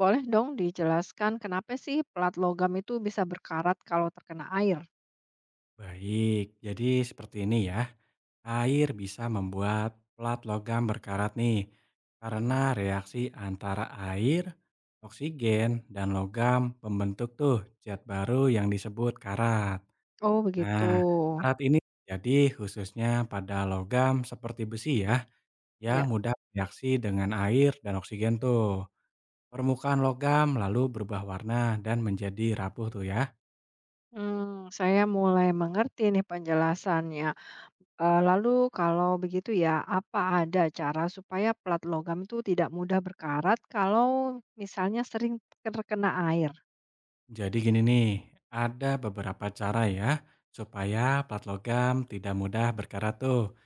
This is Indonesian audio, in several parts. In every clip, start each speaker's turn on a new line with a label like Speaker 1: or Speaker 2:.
Speaker 1: Boleh dong dijelaskan kenapa sih pelat logam itu bisa berkarat kalau terkena air?
Speaker 2: Baik, jadi seperti ini ya. Air bisa membuat plat logam berkarat nih, karena reaksi antara air, oksigen, dan logam membentuk tuh zat baru yang disebut karat.
Speaker 1: Oh begitu.
Speaker 2: Nah, karat ini jadi khususnya pada logam seperti besi ya, yang
Speaker 1: Ya,
Speaker 2: mudah reaksi dengan air dan oksigen tuh. Permukaan logam lalu berubah warna dan menjadi rapuh tuh ya.
Speaker 1: hmm, saya mulai mengerti nih penjelasannya. Lalu kalau begitu ya, apa ada cara supaya pelat logam itu tidak mudah berkarat kalau misalnya sering terkena air?
Speaker 2: Jadi gini nih, ada beberapa cara ya supaya plat logam tidak mudah berkarat tuh.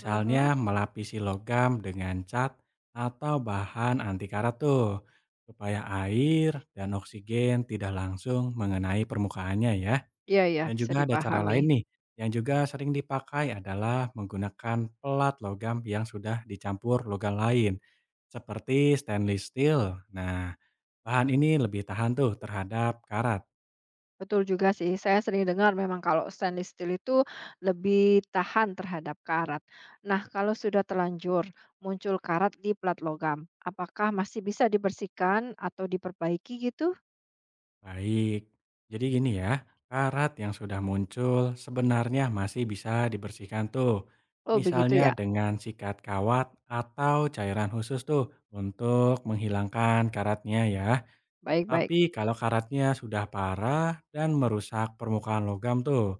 Speaker 1: Mhm.
Speaker 2: melapisi logam dengan cat atau bahan anti karat tuh, supaya air dan oksigen tidak langsung mengenai permukaannya ya.
Speaker 1: Iya, ya,
Speaker 2: Dan
Speaker 1: bisa
Speaker 2: juga ada cara
Speaker 1: dipahami.
Speaker 2: lain nih, yang juga sering dipakai adalah menggunakan pelat logam yang sudah dicampur logam lain, seperti stainless steel. Nah, bahan ini lebih tahan tuh terhadap karat.
Speaker 1: Betul juga sih, saya sering dengar memang kalau stainless steel itu lebih tahan terhadap karat. Nah, kalau sudah terlanjur muncul karat di plat logam, apakah masih bisa dibersihkan atau diperbaiki gitu?
Speaker 2: Baik, jadi gini ya, karat yang sudah muncul sebenarnya masih bisa dibersihkan tuh.
Speaker 1: Oh, begitu
Speaker 2: Misalnya
Speaker 1: ya.
Speaker 2: dengan sikat kawat atau cairan khusus tuh untuk menghilangkan karatnya ya.
Speaker 1: Baik-baik.
Speaker 2: Tapi kalau karatnya sudah parah dan merusak permukaan logam tuh,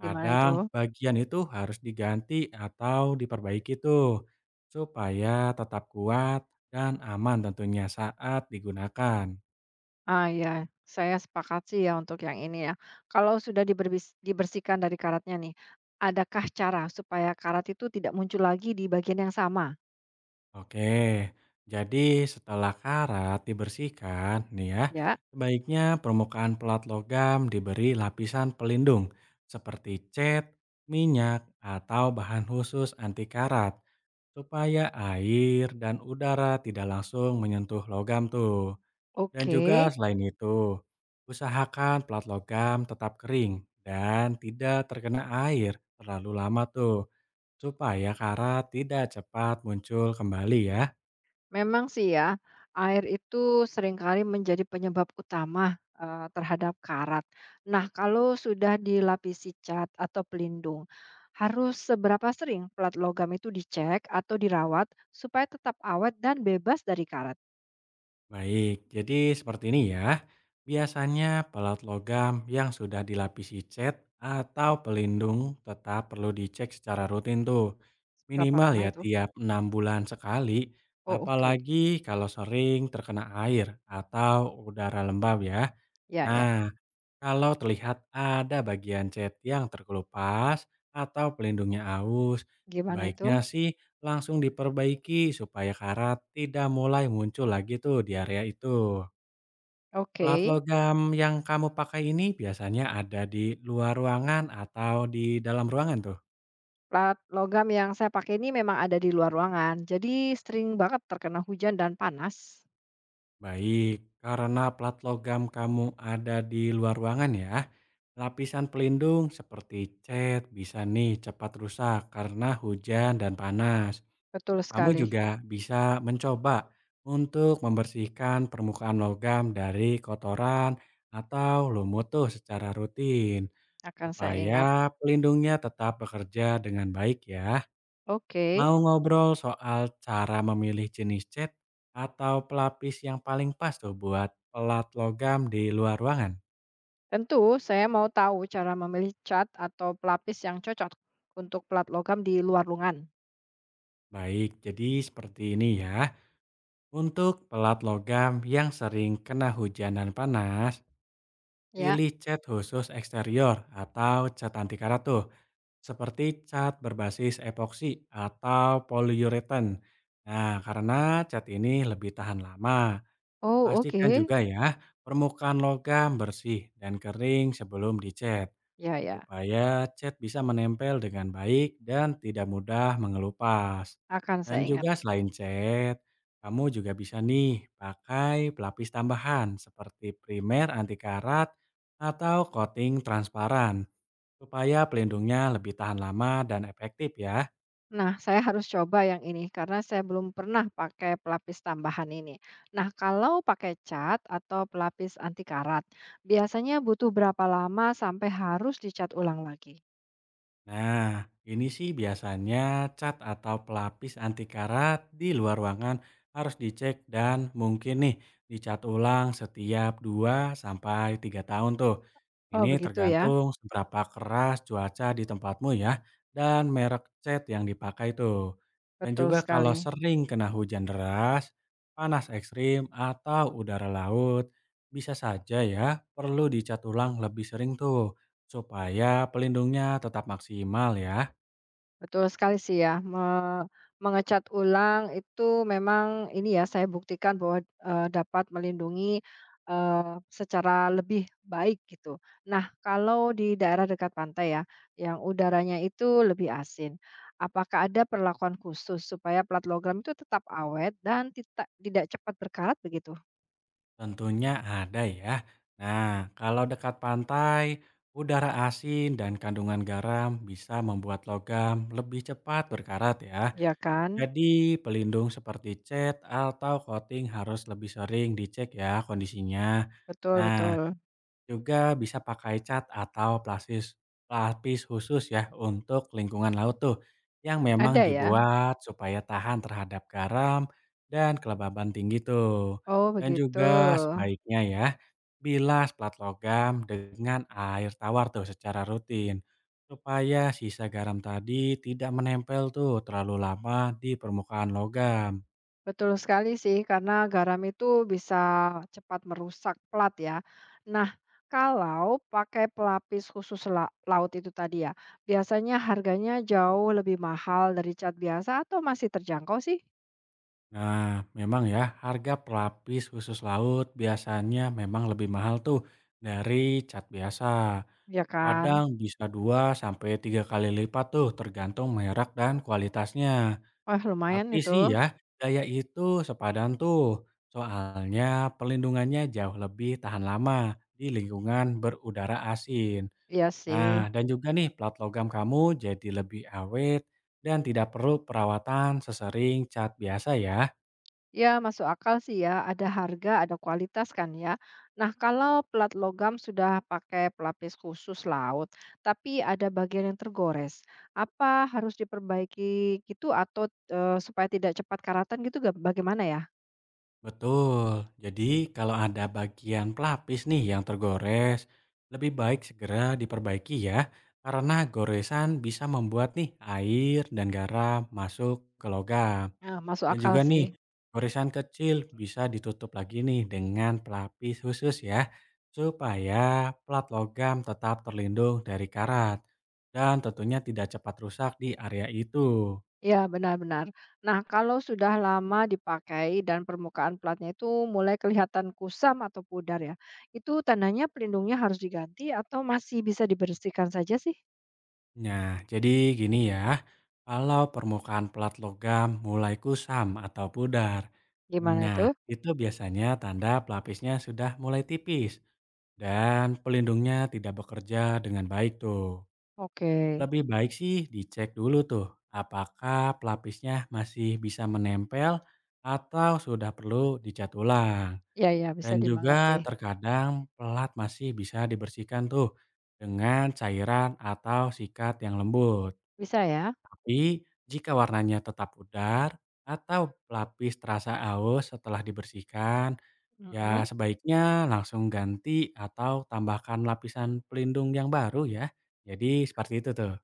Speaker 1: Gimana itu?
Speaker 2: bagian itu harus diganti atau diperbaiki tuh supaya tetap kuat dan aman tentunya saat digunakan.
Speaker 1: Ah, ya. Saya sepakat sih ya untuk yang ini ya. Kalau sudah dibersihkan dari karatnya nih, adakah cara supaya karat itu tidak muncul lagi di bagian yang sama?
Speaker 2: Oke, jadi setelah karat dibersihkan nih ya,
Speaker 1: Ya,
Speaker 2: sebaiknya permukaan pelat logam diberi lapisan pelindung seperti cat, minyak, atau bahan khusus anti karat supaya air dan udara tidak langsung menyentuh logam tuh. Dan
Speaker 1: oke.
Speaker 2: juga selain itu, usahakan pelat logam tetap kering dan tidak terkena air terlalu lama tuh supaya karat tidak cepat muncul kembali ya.
Speaker 1: Memang sih ya, air itu seringkali menjadi penyebab utama terhadap karat. Nah, kalau sudah dilapisi cat atau pelindung, harus seberapa sering plat logam itu dicek atau dirawat supaya tetap awet dan bebas dari karat?
Speaker 2: Baik, jadi seperti ini ya. Biasanya pelaut logam yang sudah dilapisi cat atau pelindung tetap perlu dicek secara rutin tuh.
Speaker 1: Berapa
Speaker 2: Minimal
Speaker 1: lama
Speaker 2: ya
Speaker 1: itu?
Speaker 2: tiap 6 bulan sekali,
Speaker 1: Oh, oke.
Speaker 2: apalagi kalau sering terkena air atau udara lembab ya.
Speaker 1: Ya, ya.
Speaker 2: Nah, kalau terlihat ada bagian cat yang terkelupas atau pelindungnya aus,
Speaker 1: Gimana
Speaker 2: sebaiknya
Speaker 1: itu?
Speaker 2: sih langsung diperbaiki supaya karat tidak mulai muncul lagi tuh di area itu.
Speaker 1: Oke.
Speaker 2: Pelat logam yang kamu pakai ini biasanya ada di luar ruangan atau di dalam ruangan tuh.
Speaker 1: Plat logam yang saya pakai ini memang ada di luar ruangan. Jadi sering banget terkena hujan dan panas.
Speaker 2: Baik, karena plat logam kamu ada di luar ruangan ya, lapisan pelindung seperti cat bisa nih cepat rusak karena hujan dan panas.
Speaker 1: Betul
Speaker 2: Kamu
Speaker 1: sekali.
Speaker 2: juga bisa mencoba untuk membersihkan permukaan logam dari kotoran atau lumut tuh secara rutin
Speaker 1: Akan saya ingat.
Speaker 2: supaya pelindungnya tetap bekerja dengan baik ya.
Speaker 1: Oke.
Speaker 2: Mau ngobrol soal cara memilih jenis cat atau pelapis yang paling pas tuh buat pelat logam di luar ruangan?
Speaker 1: Tentu, saya mau tahu cara memilih cat atau pelapis yang cocok untuk plat logam di luar lungan.
Speaker 2: Baik, jadi seperti ini ya. Untuk pelat logam yang sering kena hujan dan panas,
Speaker 1: Ya,
Speaker 2: pilih cat khusus eksterior atau cat anti karat tuh, seperti cat berbasis epoksi atau polyurethane. Nah, karena cat ini lebih tahan lama.
Speaker 1: oh oke,
Speaker 2: Pastikan juga ya, permukaan logam bersih dan kering sebelum dicat
Speaker 1: ya ya,
Speaker 2: supaya cat bisa menempel dengan baik dan tidak mudah mengelupas.
Speaker 1: akan saya
Speaker 2: Dan
Speaker 1: ingat.
Speaker 2: juga selain cat, kamu juga bisa nih pakai pelapis tambahan seperti primer anti karat atau coating transparan supaya pelindungnya lebih tahan lama dan efektif ya.
Speaker 1: Nah, saya harus coba yang ini karena saya belum pernah pakai pelapis tambahan ini. Nah, kalau pakai cat atau pelapis anti karat, biasanya butuh berapa lama sampai harus dicat ulang lagi?
Speaker 2: Nah, ini sih biasanya cat atau pelapis anti karat di luar ruangan harus dicek dan mungkin nih dicat ulang setiap 2 sampai 3 tahun tuh.
Speaker 1: Oh,
Speaker 2: Ini
Speaker 1: begitu ya.
Speaker 2: tergantung seberapa keras cuaca di tempatmu ya dan merek cat yang dipakai tuh. Dan
Speaker 1: Betul
Speaker 2: juga kalau
Speaker 1: sekali.
Speaker 2: sering kena hujan deras, panas ekstrim atau udara laut, bisa saja ya perlu dicat ulang lebih sering tuh. Supaya pelindungnya tetap maksimal ya,
Speaker 1: Betul sekali sih ya, mengecat ulang itu memang ini ya, saya buktikan bahwa, dapat melindungi, secara lebih baik gitu. Nah, kalau di daerah dekat pantai ya, yang udaranya itu lebih asin, apakah ada perlakuan khusus supaya plat logam itu tetap awet dan tidak cepat berkarat begitu?
Speaker 2: tentunya ada ya. Nah, kalau dekat pantai, udara asin dan kandungan garam bisa membuat logam lebih cepat berkarat ya.
Speaker 1: Ya kan?
Speaker 2: Jadi, pelindung seperti cat atau coating harus lebih sering dicek ya kondisinya.
Speaker 1: Betul
Speaker 2: Nah,
Speaker 1: betul.
Speaker 2: juga bisa pakai cat atau plastis pelapis khusus ya untuk lingkungan laut tuh, yang memang
Speaker 1: Ada ya?
Speaker 2: dibuat supaya tahan terhadap garam dan kelembaban tinggi tuh.
Speaker 1: Oh
Speaker 2: Dan
Speaker 1: begitu.
Speaker 2: juga sebaiknya ya, bilas plat logam dengan air tawar tuh secara rutin, supaya sisa garam tadi tidak menempel tuh terlalu lama di permukaan logam.
Speaker 1: Betul sekali sih, karena garam itu bisa cepat merusak plat ya. Nah, kalau pakai pelapis khusus laut itu tadi ya, biasanya harganya jauh lebih mahal dari cat biasa atau masih terjangkau sih?
Speaker 2: Nah, memang ya, harga pelapis khusus laut biasanya memang lebih mahal tuh dari cat biasa.
Speaker 1: Ya kan?
Speaker 2: Kadang bisa 2 sampai 3 kali lipat tuh tergantung merek dan kualitasnya.
Speaker 1: Wah, lumayan
Speaker 2: Tapi
Speaker 1: itu.
Speaker 2: sih ya, gaya itu sepadan tuh. Soalnya perlindungannya jauh lebih tahan lama di lingkungan berudara asin.
Speaker 1: Iya sih.
Speaker 2: Nah, dan juga nih plat logam kamu jadi lebih awet dan tidak perlu perawatan sesering cat biasa ya.
Speaker 1: Ya, masuk akal sih ya. Ada harga, ada kualitas kan ya. Nah, kalau pelat logam sudah pakai pelapis khusus laut, tapi ada bagian yang tergores. Apa harus diperbaiki gitu atau supaya tidak cepat karatan gitu bagaimana ya?
Speaker 2: Betul. Jadi kalau ada bagian pelapis nih yang tergores, lebih baik segera diperbaiki ya, karena goresan bisa membuat nih air dan garam masuk ke logam.
Speaker 1: Nah, masuk
Speaker 2: Dan
Speaker 1: akal
Speaker 2: juga
Speaker 1: sih.
Speaker 2: nih, goresan kecil bisa ditutup lagi nih dengan pelapis khusus ya, supaya plat logam tetap terlindung dari karat dan tentunya tidak cepat rusak di area itu.
Speaker 1: Ya, benar-benar. Nah, kalau sudah lama dipakai dan permukaan platnya itu mulai kelihatan kusam atau pudar ya, itu tandanya pelindungnya harus diganti atau masih bisa dibersihkan saja sih?
Speaker 2: Nah, jadi gini ya, kalau permukaan plat logam mulai kusam atau pudar,
Speaker 1: Gimana
Speaker 2: nah
Speaker 1: itu?
Speaker 2: itu biasanya tanda pelapisnya sudah mulai tipis dan pelindungnya tidak bekerja dengan baik tuh.
Speaker 1: Oke,
Speaker 2: Lebih baik sih dicek dulu tuh, apakah pelapisnya masih bisa menempel atau sudah perlu dicat ulang.
Speaker 1: ya ya bisa
Speaker 2: Dan juga
Speaker 1: dimengerti.
Speaker 2: terkadang pelat masih bisa dibersihkan tuh dengan cairan atau sikat yang lembut.
Speaker 1: Bisa ya?
Speaker 2: Tapi, jika warnanya tetap pudar atau pelapis terasa aus setelah dibersihkan, ya
Speaker 1: Mhm.
Speaker 2: sebaiknya langsung ganti atau tambahkan lapisan pelindung yang baru ya. Jadi seperti itu tuh.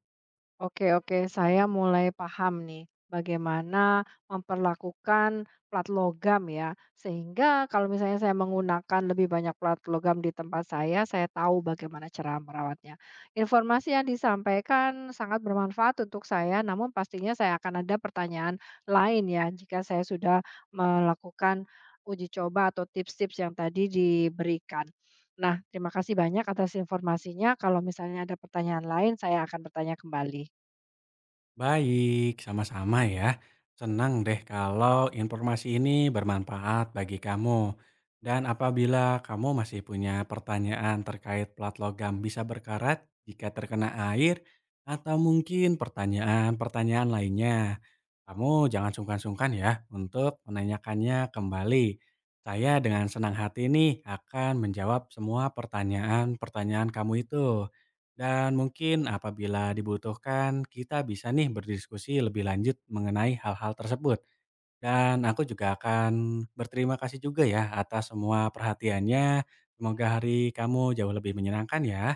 Speaker 1: Oke oke, saya mulai paham nih bagaimana memperlakukan plat logam ya. Sehingga kalau misalnya saya menggunakan lebih banyak plat logam di tempat saya tahu bagaimana cara merawatnya. Informasi yang disampaikan sangat bermanfaat untuk saya, namun pastinya saya akan ada pertanyaan lain ya jika saya sudah melakukan uji coba atau tips-tips yang tadi diberikan. Nah, terima kasih banyak atas informasinya. Kalau misalnya ada pertanyaan lain, saya akan bertanya kembali.
Speaker 2: Baik, sama-sama ya. Senang deh kalau informasi ini bermanfaat bagi kamu. Dan apabila kamu masih punya pertanyaan terkait plat logam bisa berkarat jika terkena air, atau mungkin pertanyaan-pertanyaan lainnya, kamu jangan sungkan-sungkan ya untuk menanyakannya kembali. Saya dengan senang hati nih akan menjawab semua pertanyaan-pertanyaan kamu itu. Dan mungkin apabila dibutuhkan, kita bisa nih berdiskusi lebih lanjut mengenai hal-hal tersebut. Dan aku juga akan berterima kasih juga ya atas semua perhatiannya. Semoga hari kamu jauh lebih menyenangkan ya.